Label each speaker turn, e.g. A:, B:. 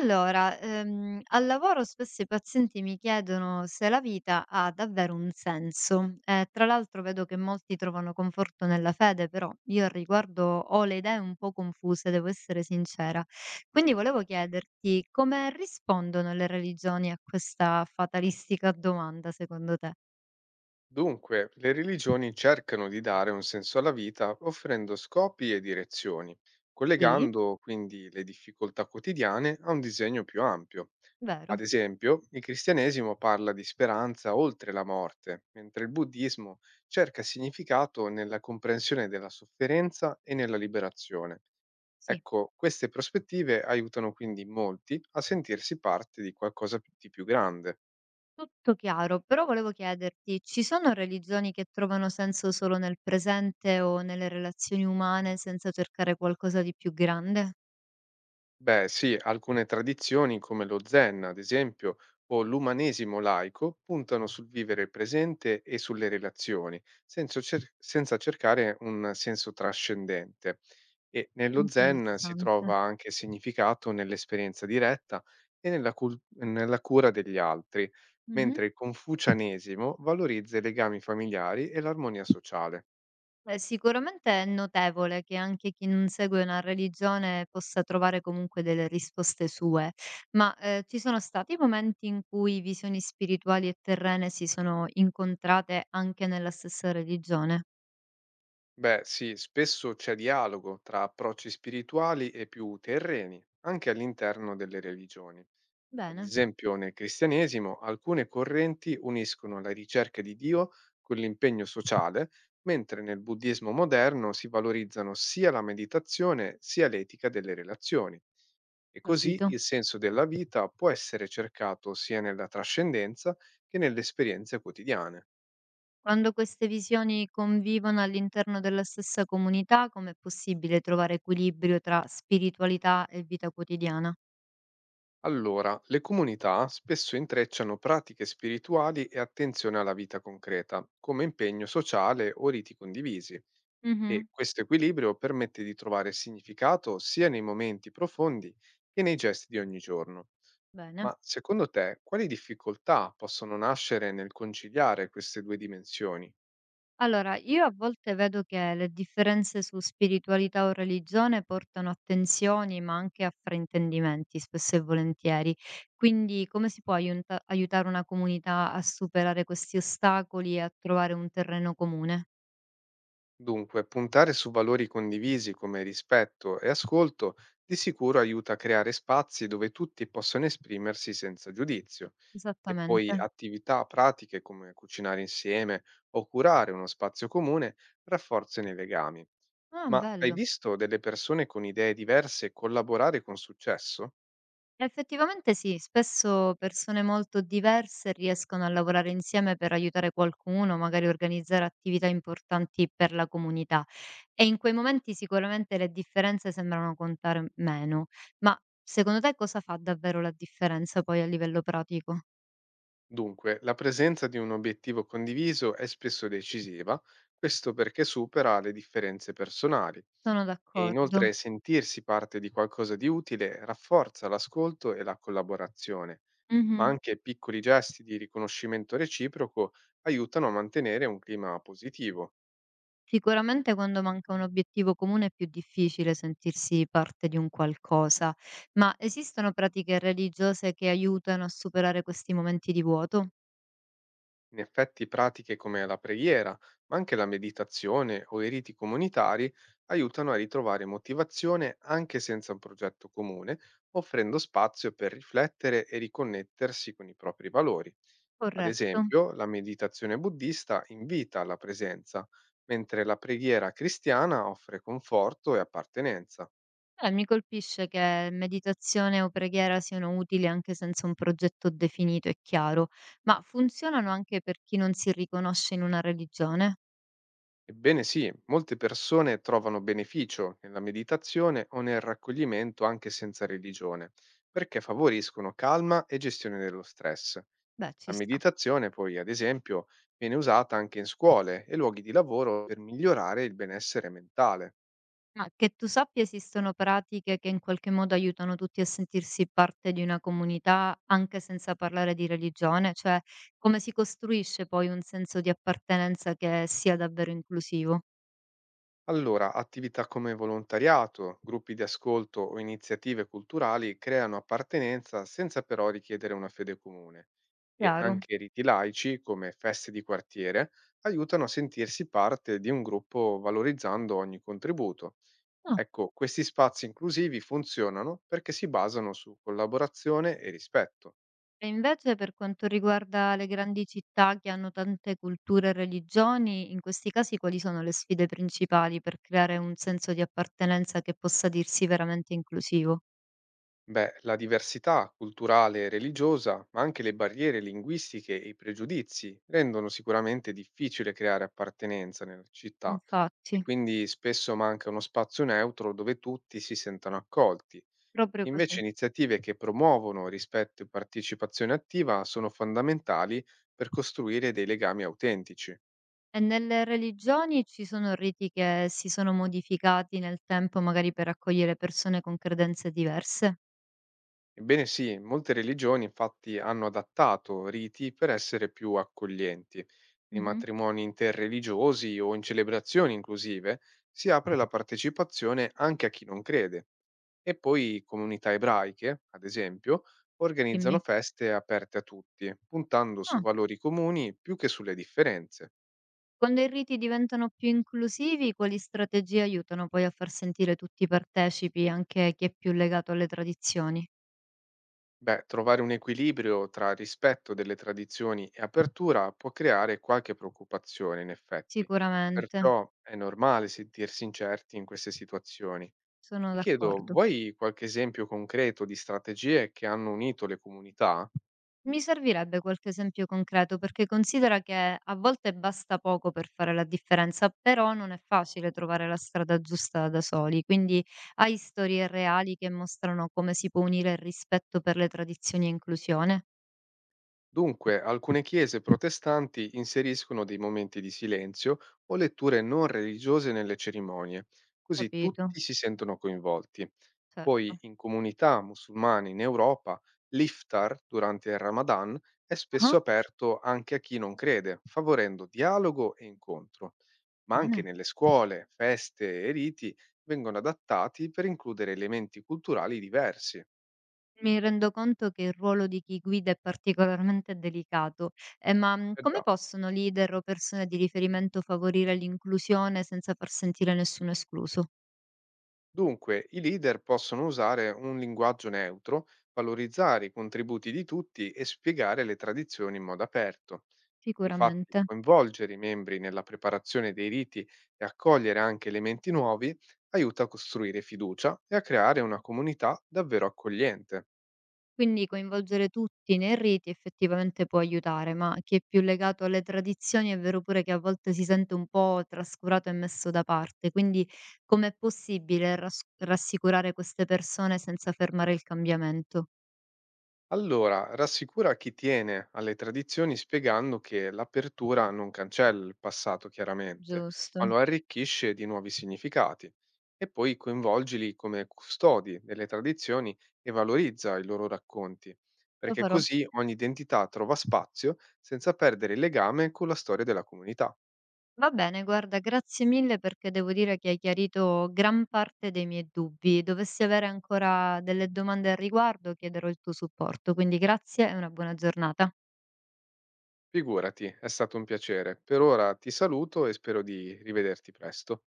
A: Allora, al lavoro spesso i pazienti mi chiedono se la vita ha davvero un senso. Tra l'altro vedo che molti trovano conforto nella fede, però io al riguardo ho le idee un po' confuse, devo essere sincera. Quindi volevo chiederti come rispondono le religioni a questa fatalistica domanda, secondo te?
B: Dunque, le religioni cercano di dare un senso alla vita offrendo scopi e direzioni,
A: Sì,
B: collegando quindi le difficoltà quotidiane a un disegno più ampio. Ad
A: vero,
B: esempio, il cristianesimo parla di speranza oltre la morte, mentre il buddismo cerca significato nella comprensione della sofferenza e nella liberazione.
A: sì.
B: Ecco, queste prospettive aiutano quindi molti a sentirsi parte di qualcosa di più grande.
A: Tutto chiaro, però volevo chiederti, ci sono religioni che trovano senso solo nel presente o nelle relazioni umane senza cercare qualcosa di più grande?
B: Beh, sì, alcune tradizioni come lo Zen, ad esempio, o l'umanesimo laico puntano sul vivere il presente e sulle relazioni, senza cercare un senso trascendente. E nello Zen si
A: Interessante.
B: trova anche significato nell'esperienza diretta e nella cura degli altri,
A: Mhm.
B: mentre il confucianesimo valorizza i legami familiari e l'armonia sociale.
A: Beh, sicuramente è notevole che anche chi non segue una religione possa trovare comunque delle risposte sue, ma ci sono stati momenti in cui visioni spirituali e terrene si sono incontrate anche nella stessa religione?
B: Beh, sì, spesso c'è dialogo tra approcci spirituali e più terreni, anche all'interno delle religioni. Ad
A: Bene,
B: esempio, nel cristianesimo alcune correnti uniscono la ricerca di Dio con l'impegno sociale, mentre nel buddismo moderno si valorizzano sia la meditazione sia l'etica delle relazioni. E così
A: capito.
B: il senso della vita può essere cercato sia nella trascendenza che nelle esperienze quotidiane.
A: Quando queste visioni convivono all'interno della stessa comunità, com'è possibile trovare equilibrio tra spiritualità e vita quotidiana?
B: Allora, le comunità spesso intrecciano pratiche spirituali e attenzione alla vita concreta, come impegno sociale o riti condivisi, e
A: Mhm,
B: questo equilibrio permette di trovare significato sia nei momenti profondi che nei gesti di ogni giorno.
A: bene.
B: Ma secondo te, quali difficoltà possono nascere nel conciliare queste due dimensioni?
A: Allora, io a volte vedo che le differenze su spiritualità o religione portano a tensioni, ma anche a fraintendimenti, spesso e volentieri. Quindi, come si può aiutare una comunità a superare questi ostacoli e a trovare un terreno comune?
B: Dunque, puntare su valori condivisi come rispetto e ascolto di sicuro aiuta a creare spazi dove tutti possono esprimersi senza giudizio. E poi
A: Esattamente.
B: attività pratiche come cucinare insieme o curare uno spazio comune rafforzano i legami.
A: Ah,
B: Ma hai
A: bello.
B: visto delle persone con idee diverse collaborare con successo?
A: Effettivamente sì, spesso persone molto diverse riescono a lavorare insieme per aiutare qualcuno, magari organizzare attività importanti per la comunità e in quei momenti sicuramente le differenze sembrano contare meno, ma secondo te cosa fa davvero la differenza poi a livello pratico?
B: Dunque, la presenza di un obiettivo condiviso è spesso decisiva, questo perché supera le differenze personali
A: Sono
B: e
A: d'accordo.
B: inoltre sentirsi parte di qualcosa di utile rafforza l'ascolto e la collaborazione. Ma anche piccoli gesti di riconoscimento reciproco aiutano a mantenere un clima positivo.
A: Sicuramente quando manca un obiettivo comune è più difficile sentirsi parte di un qualcosa, ma esistono pratiche religiose che aiutano a superare questi momenti di vuoto?
B: In effetti pratiche come la preghiera, ma anche la meditazione o i riti comunitari aiutano a ritrovare motivazione anche senza un progetto comune, offrendo spazio per riflettere e riconnettersi con i propri valori. Ad
A: Corretto.
B: esempio, la meditazione buddista invita alla presenza, mentre la preghiera cristiana offre conforto e appartenenza.
A: Mi colpisce che meditazione o preghiera siano utili anche senza un progetto definito e chiaro, ma funzionano anche per chi non si riconosce in una religione?
B: Ebbene sì, molte persone trovano beneficio nella meditazione o nel raccoglimento anche senza religione, perché favoriscono calma e gestione dello stress.
A: Beh,
B: La
A: ci sta.
B: meditazione poi, ad esempio, viene usata anche in scuole e luoghi di lavoro per migliorare il benessere mentale.
A: Ma che tu sappia esistono pratiche che in qualche modo aiutano tutti a sentirsi parte di una comunità anche senza parlare di religione, cioè come si costruisce poi un senso di appartenenza che sia davvero inclusivo?
B: Allora, attività come volontariato, gruppi di ascolto o iniziative culturali creano appartenenza senza però richiedere una fede comune. E
A: Chiaro.
B: anche riti laici, come feste di quartiere, aiutano a sentirsi parte di un gruppo valorizzando ogni contributo.
A: Ah,
B: Ecco, questi spazi inclusivi funzionano perché si basano su collaborazione e rispetto.
A: e invece per quanto riguarda le grandi città che hanno tante culture e religioni, in questi casi quali sono le sfide principali per creare un senso di appartenenza che possa dirsi veramente inclusivo?
B: Beh, la diversità culturale e religiosa, ma anche le barriere linguistiche e i pregiudizi rendono sicuramente difficile creare appartenenza nella città e
A: Infatti,
B: quindi spesso manca uno spazio neutro dove tutti si sentano accolti.
A: proprio così.
B: Invece iniziative che promuovono rispetto e partecipazione attiva sono fondamentali per costruire dei legami autentici.
A: E nelle religioni ci sono riti che si sono modificati nel tempo, magari per accogliere persone con credenze diverse?
B: Ebbene sì, molte religioni infatti hanno adattato riti per essere più accoglienti. Nei
A: Mh-mh.
B: matrimoni interreligiosi o in celebrazioni inclusive si apre la partecipazione anche a chi non crede. E poi comunità ebraiche, ad esempio, organizzano
A: Dimmi.
B: feste aperte a tutti, puntando su
A: Ah,
B: valori comuni più che sulle differenze.
A: quando i riti diventano più inclusivi, quali strategie aiutano poi a far sentire tutti partecipi, anche chi è più legato alle tradizioni?
B: Beh, trovare un equilibrio tra rispetto delle tradizioni e apertura può creare qualche preoccupazione, in effetti.
A: Sicuramente,
B: Perciò è normale sentirsi incerti in queste situazioni.
A: sono
B: Ti chiedo,
A: d'accordo.
B: vuoi qualche esempio concreto di strategie che hanno unito le comunità?
A: Mi servirebbe qualche esempio concreto perché considera che a volte basta poco per fare la differenza, però non è facile trovare la strada giusta da soli. Quindi hai storie reali che mostrano come si può unire il rispetto per le tradizioni e inclusione?
B: Dunque, alcune chiese protestanti inseriscono dei momenti di silenzio o letture non religiose nelle cerimonie, così
A: Capito,
B: tutti si sentono coinvolti. Poi
A: certo.
B: in comunità musulmane in Europa, l'iftar durante il Ramadan è
A: Ah,
B: spesso aperto anche a chi non crede, favorendo dialogo e incontro, ma anche
A: bene.
B: nelle scuole, feste e riti vengono adattati per includere elementi culturali diversi.
A: Mi rendo conto che il ruolo di chi guida è particolarmente delicato. Ma
B: Eh
A: come
B: già.
A: possono leader o persone di riferimento favorire l'inclusione senza far sentire nessuno escluso?
B: Dunque, i leader possono usare un linguaggio neutro, valorizzare i contributi di tutti e spiegare le tradizioni in modo aperto. Infatti,
A: Sicuramente.
B: coinvolgere i membri nella preparazione dei riti e accogliere anche elementi nuovi aiuta a costruire fiducia e a creare una comunità davvero accogliente.
A: Quindi coinvolgere tutti nei riti effettivamente può aiutare, ma chi è più legato alle tradizioni è vero pure che a volte si sente un po' trascurato e messo da parte. Quindi com'è possibile rassicurare queste persone senza fermare il cambiamento?
B: Allora, rassicura chi tiene alle tradizioni spiegando che l'apertura non cancella il passato, chiaramente, ma
A: Giusto,
B: lo arricchisce di nuovi significati. E poi coinvolgili come custodi delle tradizioni e valorizza i loro racconti,
A: lo
B: perché
A: farò.
B: così ogni identità trova spazio senza perdere il legame con la storia della comunità.
A: Va bene, guarda, grazie mille perché devo dire che hai chiarito gran parte dei miei dubbi. Dovessi avere ancora delle domande al riguardo, chiederò il tuo supporto. Quindi grazie e una buona giornata.
B: Figurati, è stato un piacere. Per ora ti saluto e spero di rivederti presto.